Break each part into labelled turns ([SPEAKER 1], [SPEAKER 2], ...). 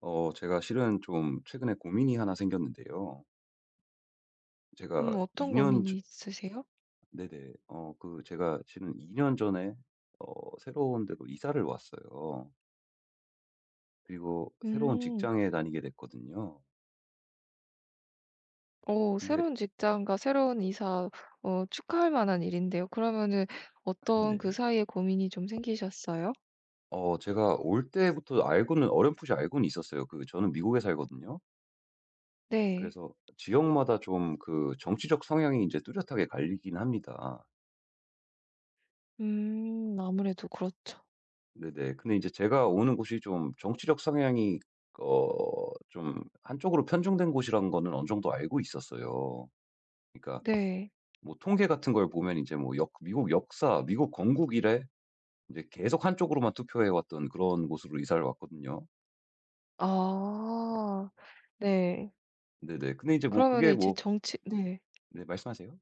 [SPEAKER 1] 제가 실은 좀 최근에 고민이 하나 생겼는데요. 제가
[SPEAKER 2] 어떤
[SPEAKER 1] 2년 전.
[SPEAKER 2] 고민이 있으세요?
[SPEAKER 1] 네네. 제가 실은 2년 전에 새로운 데로 이사를 왔어요. 그리고 새로운
[SPEAKER 2] 음.
[SPEAKER 1] 직장에 다니게 됐거든요.
[SPEAKER 2] 어
[SPEAKER 1] 근데
[SPEAKER 2] 새로운 직장과 새로운 이사, 어 축하할 만한 일인데요. 그러면은 어떤 그
[SPEAKER 1] 네네.
[SPEAKER 2] 사이에 고민이 좀 생기셨어요?
[SPEAKER 1] 제가 올 때부터 알고는 어렴풋이 알고는 있었어요. 저는 미국에 살거든요.
[SPEAKER 2] 네.
[SPEAKER 1] 그래서 지역마다 좀 정치적 성향이 이제 뚜렷하게 갈리긴 합니다.
[SPEAKER 2] 아무래도 그렇죠.
[SPEAKER 1] 네네. 근데 이제 제가 오는 곳이 좀 정치적 성향이 어 좀 한쪽으로 편중된 곳이라는 거는 어느 정도 알고 있었어요. 그러니까
[SPEAKER 2] 네.
[SPEAKER 1] 뭐 통계 같은 걸 보면 이제 뭐 역 미국 역사, 미국 건국 이래 이제 계속 한쪽으로만 투표해 왔던 그런 곳으로 이사를 왔거든요.
[SPEAKER 2] 아 네.
[SPEAKER 1] 네네. 근데 이제 뭐
[SPEAKER 2] 그러면은
[SPEAKER 1] 그게
[SPEAKER 2] 이제
[SPEAKER 1] 뭐.
[SPEAKER 2] 정치, 네.
[SPEAKER 1] 네, 말씀하세요.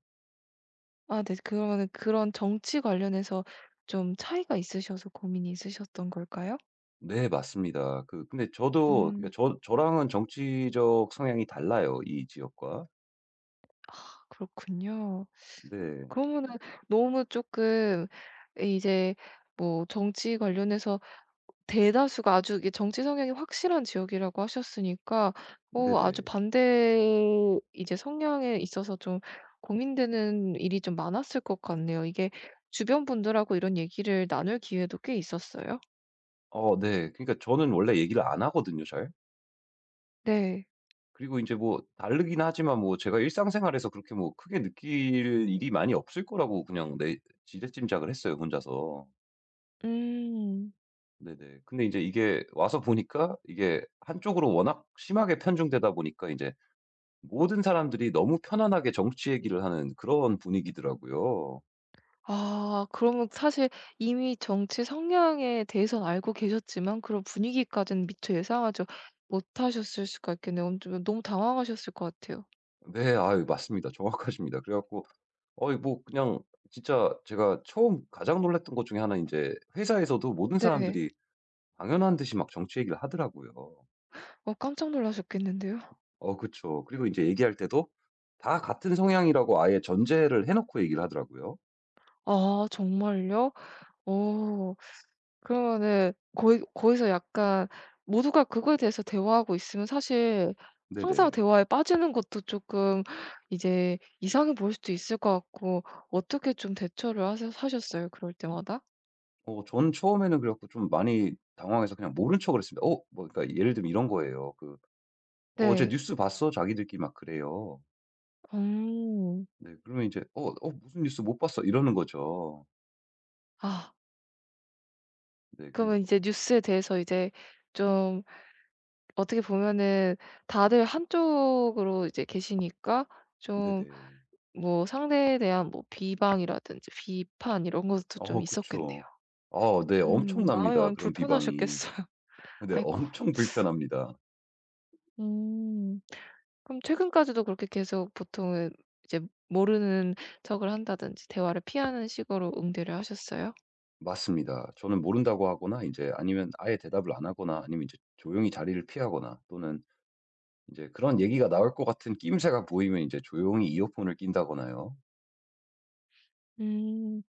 [SPEAKER 2] 아 네. 그러면은 그런 정치 관련해서 좀 차이가 있으셔서 고민이 있으셨던 걸까요?
[SPEAKER 1] 네, 맞습니다. 근데 저도 그러니까
[SPEAKER 2] 음.
[SPEAKER 1] 저랑은 정치적 성향이 달라요, 이 지역과.
[SPEAKER 2] 아 그렇군요.
[SPEAKER 1] 네.
[SPEAKER 2] 그러면은 너무 조금 이제 뭐 정치 관련해서 대다수가 아주 이게 정치 성향이 확실한 지역이라고 하셨으니까 어 아주
[SPEAKER 1] 네네.
[SPEAKER 2] 반대 이제 성향에 있어서 좀 고민되는 일이 좀 많았을 것 같네요. 이게 주변 분들하고 이런 얘기를 나눌 기회도 꽤 있었어요?
[SPEAKER 1] 네. 그러니까 저는 원래 얘기를 안 하거든요, 잘.
[SPEAKER 2] 네.
[SPEAKER 1] 그리고 이제 뭐 다르긴 하지만 뭐 제가 일상생활에서 그렇게 뭐 크게 느낄 일이 많이 없을 거라고 그냥 내 지레짐작을 했어요, 혼자서.
[SPEAKER 2] 음.
[SPEAKER 1] 네네. 근데 이제 이게 와서 보니까 이게 한쪽으로 워낙 심하게 편중되다 보니까 이제 모든 사람들이 너무 편안하게 정치 얘기를 하는 그런 분위기더라고요.
[SPEAKER 2] 아 그러면 사실 이미 정치 성향에 대해서는 알고 계셨지만 그런 분위기까지는 미처 예상하지 못하셨을 수가 있겠네요. 엄청 너무 당황하셨을 것 같아요.
[SPEAKER 1] 네. 아유, 맞습니다. 정확하십니다. 그래 갖고 어이 뭐 그냥 진짜 제가 처음 가장 놀랐던 것 중에 하나, 이제 회사에서도 모든
[SPEAKER 2] 네.
[SPEAKER 1] 사람들이 당연한 듯이 막 정치 얘기를 하더라고요.
[SPEAKER 2] 어 깜짝 놀라셨겠는데요.
[SPEAKER 1] 그쵸. 그리고 이제 얘기할 때도 다 같은 성향이라고 아예 전제를 해 놓고 얘기를 하더라고요.
[SPEAKER 2] 아 정말요? 오, 그러면은 거기서 약간 모두가 그거에 대해서 대화하고 있으면 사실 항상
[SPEAKER 1] 네네.
[SPEAKER 2] 대화에 빠지는 것도 조금 이제 이상해 보일 수도 있을 것 같고 어떻게 좀 대처를 하셔 하셨어요? 그럴 때마다?
[SPEAKER 1] 저는 처음에는 그래 갖고 좀 많이 당황해서 그냥 모른 척을 했습니다. 뭐 그러니까 예를 들면 이런 거예요. 어제
[SPEAKER 2] 네.
[SPEAKER 1] 뉴스 봤어?" 자기들끼리 막 그래요.
[SPEAKER 2] 음.
[SPEAKER 1] 네. 그러면 이제 무슨 뉴스 못 봤어." 이러는 거죠.
[SPEAKER 2] 아
[SPEAKER 1] 네. 그리고
[SPEAKER 2] 그러면 이제
[SPEAKER 1] 어
[SPEAKER 2] 뉴스에 대해서 이제 좀 어떻게 보면은 다들 한쪽으로 이제 계시니까 좀
[SPEAKER 1] 네네.
[SPEAKER 2] 뭐 상대에 대한 뭐 비방이라든지 비판 이런 것도 좀 있었겠네요.
[SPEAKER 1] 그쵸. 네.
[SPEAKER 2] 마음이
[SPEAKER 1] 엄청납니다,
[SPEAKER 2] 많이
[SPEAKER 1] 그런 비방이.
[SPEAKER 2] 불편하셨겠어요.
[SPEAKER 1] 근데
[SPEAKER 2] 아이고.
[SPEAKER 1] 엄청 불편합니다.
[SPEAKER 2] 음. 그럼 최근까지도 그렇게 계속 보통은 이제 모르는 척을 한다든지 대화를 피하는 식으로 응대를 하셨어요?
[SPEAKER 1] 맞습니다. 저는 모른다고 하거나 이제, 아니면 아예 대답을 안 하거나, 아니면 이제 조용히 자리를 피하거나, 또는 이제 그런 얘기가 나올 것 같은 낌새가 보이면 이제 조용히 이어폰을 낀다거나요.
[SPEAKER 2] 음.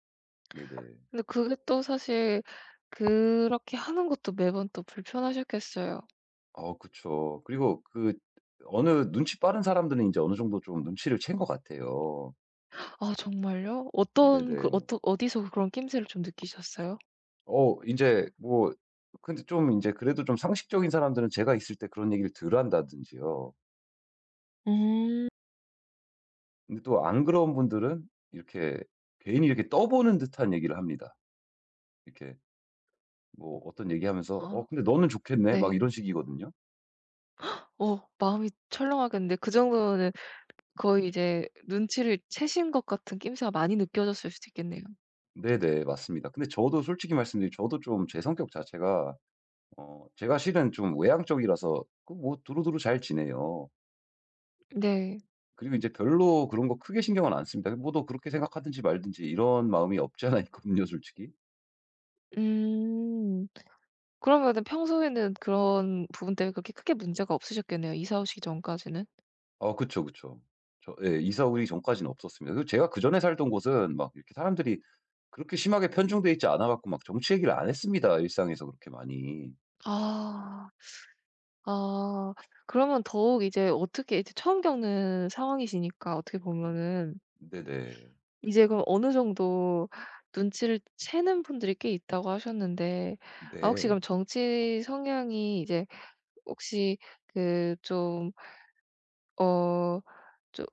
[SPEAKER 1] 네네.
[SPEAKER 2] 근데 그게 또 사실 그렇게 하는 것도 매번 또 불편하셨겠어요.
[SPEAKER 1] 아 그쵸. 그리고 어느 눈치 빠른 사람들은 이제 어느 정도 좀 눈치를 챈 것 같아요.
[SPEAKER 2] 아 정말요? 어떤 그
[SPEAKER 1] 네네.
[SPEAKER 2] 어떠 어디서 그런 낌새를 좀 느끼셨어요?
[SPEAKER 1] 어 이제 뭐 근데 좀 이제 그래도 좀 상식적인 사람들은 제가 있을 때 그런 얘기를 덜 한다든지요.
[SPEAKER 2] 음.
[SPEAKER 1] 근데 또 안 그런 분들은 이렇게 괜히 이렇게 떠보는 듯한 얘기를 합니다. 이렇게 뭐 어떤 얘기하면서
[SPEAKER 2] 아
[SPEAKER 1] 근데 너는 좋겠네." 막
[SPEAKER 2] 네.
[SPEAKER 1] 이런 식이거든요.
[SPEAKER 2] 어 마음이 철렁하겠는데 그 정도면 거의 이제 눈치를 채신 것 같은 낌새가 많이 느껴졌을 수도 있겠네요.
[SPEAKER 1] 네네, 맞습니다. 근데 저도 솔직히 말씀드리면 저도 좀 제 성격 자체가, 제가 실은 좀 외향적이라서, 뭐 두루두루 잘 지내요.
[SPEAKER 2] 네.
[SPEAKER 1] 그리고 이제 별로 그런 거 크게 신경은 안 씁니다. '뭐 너 그렇게 생각하든지 말든지.' 이런 마음이 없지 않아 있거든요, 솔직히.
[SPEAKER 2] 음. 그러면은 평소에는 그런 부분 때문에 그렇게 크게 문제가 없으셨겠네요, 이사 오시기 전까지는.
[SPEAKER 1] 아 그쵸, 그쵸. 예, 이사 오기 전까지는 없었습니다. 그리고 제가 그전에 살던 곳은 막 이렇게 사람들이 그렇게 심하게 편중돼 있지 않아 갖고 막 정치 얘기를 안 했습니다, 일상에서 그렇게 많이.
[SPEAKER 2] 아. 아. 그러면 더욱 이제 어떻게 이제 처음 겪는 상황이시니까 어떻게 보면은
[SPEAKER 1] 네네.
[SPEAKER 2] 이제 그럼 어느 정도 눈치를 채는 분들이 꽤 있다고 하셨는데 아 혹시
[SPEAKER 1] 네.
[SPEAKER 2] 그럼 정치 성향이 이제 혹시 그 좀 어 좀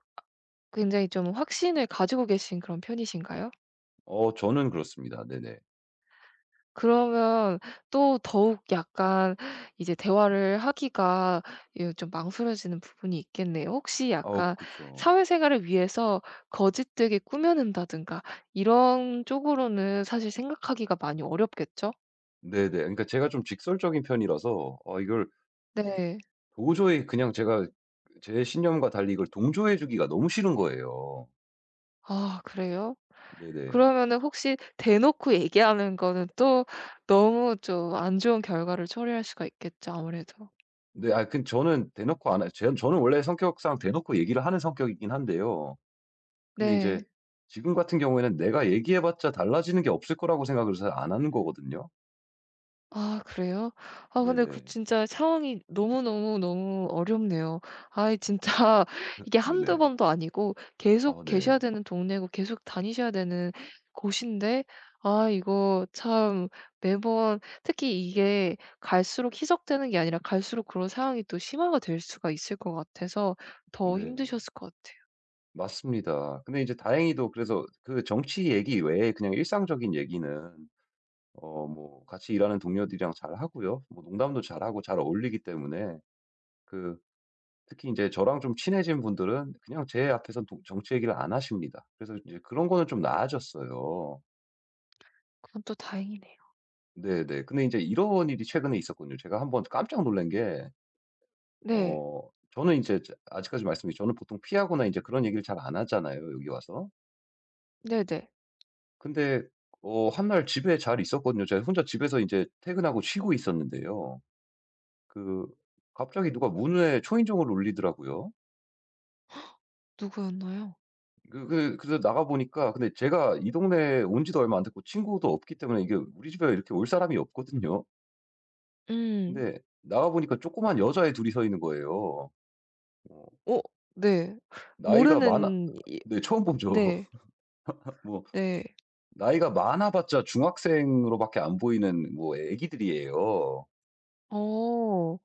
[SPEAKER 2] 굉장히 좀 확신을 가지고 계신 그런 편이신가요?
[SPEAKER 1] 저는 그렇습니다. 네네.
[SPEAKER 2] 그러면 또 더욱 약간 이제 대화를 하기가, 예 좀 망설여지는 부분이 있겠네요. 혹시
[SPEAKER 1] 아우,
[SPEAKER 2] 약간
[SPEAKER 1] 그쵸.
[SPEAKER 2] 사회생활을 위해서 거짓되게 꾸며낸다든가 이런 쪽으로는 사실 생각하기가 많이 어렵겠죠?
[SPEAKER 1] 네네. 그러니까 제가 좀 직설적인 편이라서, 이걸
[SPEAKER 2] 네.
[SPEAKER 1] 도저히 그냥 제가 제 신념과 달리 이걸 동조해 주기가 너무 싫은 거예요.
[SPEAKER 2] 아 그래요?
[SPEAKER 1] 네네.
[SPEAKER 2] 그러면은 혹시 대놓고 얘기하는 거는 또 너무 좀 안 좋은 결과를 초래할 수가 있겠죠 아무래도.
[SPEAKER 1] 네 아 근 저는 대놓고 안 하 제 저는 원래 성격상 대놓고 얘기를 하는 성격이긴 한데요. 근데 이
[SPEAKER 2] 네.
[SPEAKER 1] 제 지금 같은 경우에는 내가 얘기해 봤자 달라지는 게 없을 거라고 생각을 잘 안 하는 거거든요.
[SPEAKER 2] 아 그래요? 아 근데 그
[SPEAKER 1] 네네.
[SPEAKER 2] 진짜 상황이 너무너무너무 어렵네요. 아이 진짜 이게 한두
[SPEAKER 1] 네네.
[SPEAKER 2] 번도 아니고 계속
[SPEAKER 1] 아 네.
[SPEAKER 2] 계셔야 되는 동네고 계속 다니셔야 되는 곳인데 아 이거 참 매번 특히 이게 갈수록 희석되는 게 아니라 갈수록 그런 상황이 또 심화가 될 수가 있을 것 같아서 더
[SPEAKER 1] 네,
[SPEAKER 2] 힘드셨을 것 같아요.
[SPEAKER 1] 맞습니다. 근데 이제 다행히도, 그래서 그 정치 얘기 외에 그냥 일상적인 얘기는 뭐 같이 일하는 동료들이랑 잘하고요. 뭐 농담도 잘하고 잘 어울리기 때문에 그 특히 이제 저랑 좀 친해진 분들은 그냥 제 앞에선 정치 얘기를 안 하십니다. 그래서 이제 그런 거는 좀 나아졌어요.
[SPEAKER 2] 그건 또 다행이네요.
[SPEAKER 1] 네네. 근데 이제 이런 일이 최근에 있었거든요. 제가 한번 깜짝 놀란 게,
[SPEAKER 2] 네.
[SPEAKER 1] 저는 이제 아직까지 말씀드린, 저는 보통 피하거나 이제 그런 얘기를 잘 안 하잖아요, 여기 와서.
[SPEAKER 2] 네네.
[SPEAKER 1] 근데 한날 집에 잘 있었거든요. 제가 혼자 집에서 이제 퇴근하고 쉬고 있었는데요. 그 갑자기 누가 문에 초인종을 울리더라고요.
[SPEAKER 2] 누구였나요?
[SPEAKER 1] 그래서 나가 보니까, 근데 제가 이 동네에 온 지도 얼마 안 됐고 친구도 없기 때문에 이게 우리 집에 이렇게 올 사람이 없거든요.
[SPEAKER 2] 음.
[SPEAKER 1] 근데 나가 보니까 조그만 여자애 둘이 서 있는 거예요. 어
[SPEAKER 2] 어 네.
[SPEAKER 1] 나이가 많아
[SPEAKER 2] 모르는 이
[SPEAKER 1] 네, 처음 보죠.
[SPEAKER 2] 네.
[SPEAKER 1] 뭐
[SPEAKER 2] 네.
[SPEAKER 1] 나이가 많아 봤자 중학생으로 밖에 안 보이는 뭐 애기들이에요.
[SPEAKER 2] 어.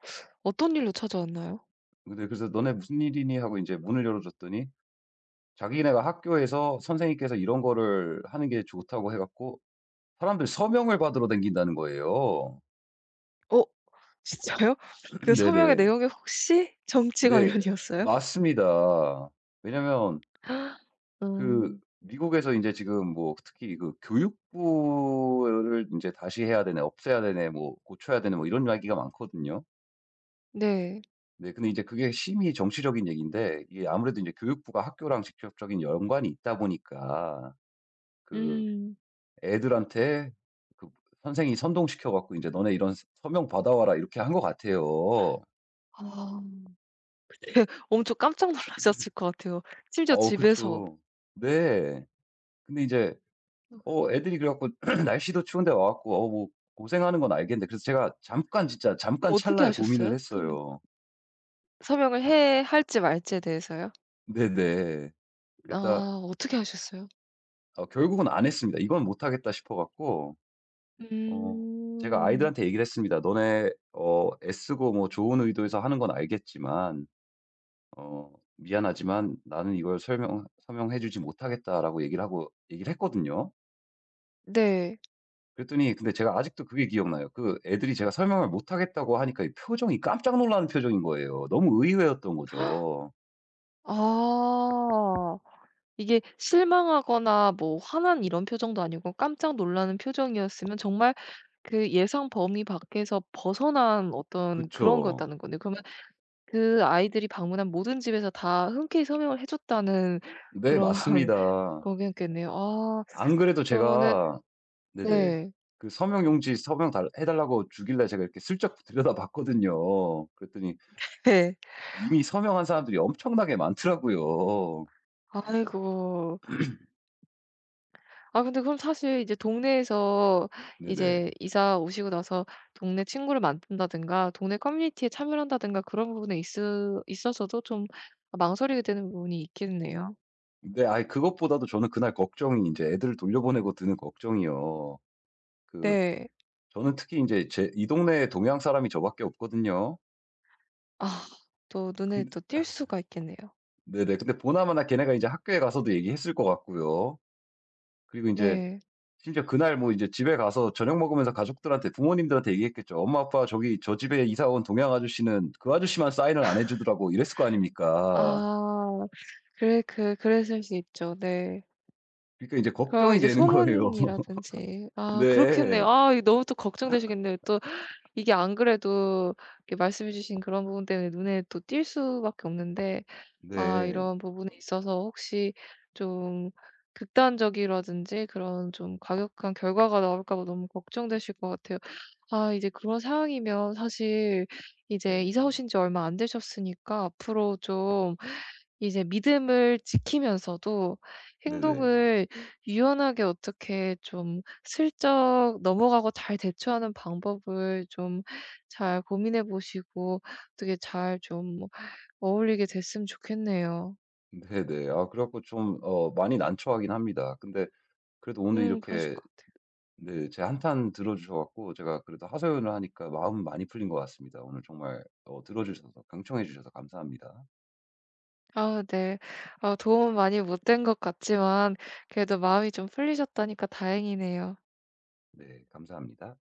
[SPEAKER 2] 어떤 일로 찾아왔나요?
[SPEAKER 1] 근데 그래서 "너네 무슨 일이니?" 하고 이제 문을 열어 줬더니, 자기네가 학교에서 선생님께서 이런 거를 하는 게 좋다고 해 갖고 사람들 서명을 받으러 댕긴다는 거예요.
[SPEAKER 2] 어 진짜요? 그 서명의
[SPEAKER 1] 네네.
[SPEAKER 2] 내용이 혹시 정치
[SPEAKER 1] 네,
[SPEAKER 2] 관련이었어요?
[SPEAKER 1] 맞습니다. 왜냐면
[SPEAKER 2] 음.
[SPEAKER 1] 미국에서 이제 지금 뭐 특히 교육부를 이제 다시 해야 되네, 없애야 되네, 뭐 고쳐야 되네, 뭐 이런 이야기가 많거든요.
[SPEAKER 2] 네.
[SPEAKER 1] 네. 근데 이제 그게 심히 정치적인 얘기인데, 이게 아무래도 이제 교육부가 학교랑 직접적인 연관이 있다 보니까 그
[SPEAKER 2] 음.
[SPEAKER 1] 애들한테 그 선생이 선동시켜 갖고 이제 "너네 이런 서 서명 받아와라." 이렇게 한 것 같아요.
[SPEAKER 2] 아. 엄청 깜짝 놀라셨을 것 같아요. 심지어 집에서.
[SPEAKER 1] 그쵸. 네. 근데 인제
[SPEAKER 2] 어.
[SPEAKER 1] 애들이 그래 갖고 날씨도 추운데 와 갖고, 뭐 고생하는 건 알겠는데, 그래서 제가 잠깐, 진짜 잠깐
[SPEAKER 2] 그럼 어떻게
[SPEAKER 1] 찰나에 고민을
[SPEAKER 2] 하셨어요?
[SPEAKER 1] 했어요.
[SPEAKER 2] 서명을
[SPEAKER 1] 잠
[SPEAKER 2] 해 할지 말지에 대해서요?
[SPEAKER 1] 네네.
[SPEAKER 2] 아
[SPEAKER 1] 그랬다
[SPEAKER 2] 어떻게 하셨어요?
[SPEAKER 1] 결국은 안 했습니다. 이건 못 하겠다 싶어 갖고, 어 제가
[SPEAKER 2] 음.
[SPEAKER 1] 아이들한테 얘기를 했습니다. "너네 애쓰고 뭐 좋은 의도에서 하는 건 알겠지만, 어 미안하지만 나는 이걸 설명 서명해 주지 못하겠다."라고 얘기를 하고 얘기를 했거든요.
[SPEAKER 2] 네.
[SPEAKER 1] 그랬더니, 근데 제가 아직도 그게 기억나요. 그 애들이 제가 설명을 못하겠다고 하니까 이 표정이 깜짝 놀라는 표정인 거예요. 너무 의외였던 거죠.
[SPEAKER 2] 아. 이게 실망하거나 뭐 화난 이런 표정도 아니고 깜짝 놀라는 표정이었으면 정말 그 예상 범위 밖에서 벗어난 어떤 그런
[SPEAKER 1] 그쵸.
[SPEAKER 2] 거였다는 거네요. 그러면 그 아이들이 방문한 모든 집에서 다 흔쾌히 서명을 해 줬다는
[SPEAKER 1] 네,
[SPEAKER 2] 그런
[SPEAKER 1] 맞습니다.
[SPEAKER 2] 거겠네요. 아
[SPEAKER 1] 안 그래도
[SPEAKER 2] 그러면은
[SPEAKER 1] 제가, 네네.
[SPEAKER 2] 네.
[SPEAKER 1] 그 서명 용지 서명 달 해 달라고 주길래 제가 이렇게 슬쩍 들여다봤거든요. 그랬더니
[SPEAKER 2] 네.
[SPEAKER 1] 이미 서명한 사람들이 엄청나게 많더라고요.
[SPEAKER 2] 아이고. 아 근데 그럼 사실 이제 동네에서
[SPEAKER 1] 네네.
[SPEAKER 2] 이제 이사 오시고 나서 동네 친구를 만든다든가 동네 커뮤니티에 참여를 한다든가 그런 부분에 있으 있어서도 좀 망설이게 되는 부분이 있겠네요.
[SPEAKER 1] 네. 아이, 그것보다도 저는 그날 걱정이, 이제 애들을 돌려보내고 드는 걱정이요. 그
[SPEAKER 2] 네.
[SPEAKER 1] 저는 특히 이제 제 이 동네에 동양 사람이 저밖에 없거든요.
[SPEAKER 2] 아 또 눈에
[SPEAKER 1] 근
[SPEAKER 2] 또 띌 수가 있겠네요.
[SPEAKER 1] 네네. 근데 보나마나 걔네가 이제 학교에 가서도 얘기했을 것 같고요. 그리고 이제
[SPEAKER 2] 네.
[SPEAKER 1] 심지어 그날 뭐 이제 집에 가서 저녁 먹으면서 가족들한테, 부모님들한테 얘기했겠죠. "엄마, 아빠, 저기 저 집에 이사 온 동양 아저씨는, 그 아저씨만 사인을 안 해 주더라고." 이랬을 거 아닙니까.
[SPEAKER 2] 아 그랬을 수 있죠. 네.
[SPEAKER 1] 그러니까 이제
[SPEAKER 2] 그럼
[SPEAKER 1] 걱정이
[SPEAKER 2] 이제
[SPEAKER 1] 되는 거예요.
[SPEAKER 2] 소문이라든지 아 그렇겠네요.
[SPEAKER 1] 네.
[SPEAKER 2] 아 이거 너무 또 걱정되시겠네요. 또 이게 안 그래도 이렇게 말씀해 주신 그런 부분 때문에 눈에 또 띌 수밖에 없는데 아
[SPEAKER 1] 네.
[SPEAKER 2] 이런 부분에 있어서 혹시 좀 극단적이라든지 그런 좀 과격한 결과가 나올까 봐 너무 걱정되실 것 같아요. 아 이제 그런 상황이면 사실 이제 이사
[SPEAKER 1] 네.
[SPEAKER 2] 오신 지 얼마 안 되셨으니까 앞으로 좀 이제 믿음을 지키면서도
[SPEAKER 1] 네네.
[SPEAKER 2] 행동을 유연하게 어떻게 좀 슬쩍 넘어가고 잘 대처하는 방법을 좀 잘 고민해 보시고 어떻게 잘 좀 어울리게 됐으면 좋겠네요.
[SPEAKER 1] 네네. 아 그래 갖고 좀 많이 난처하긴 합니다. 근데 그래도 오늘
[SPEAKER 2] 그러실
[SPEAKER 1] 이렇게,
[SPEAKER 2] 것 같아요.
[SPEAKER 1] 네, 제 한탄 들어 주셔 갖고 제가 그래도 하소연을 하니까 마음은 많이 풀린 것 같습니다. 오늘 정말 들어 주셔서, 강청해 주셔서 감사합니다.
[SPEAKER 2] 아 네. 어 도움 많이 못된 것 같지만 그래도 마음이 좀 풀리셨다니까 다행이네요.
[SPEAKER 1] 네, 감사합니다.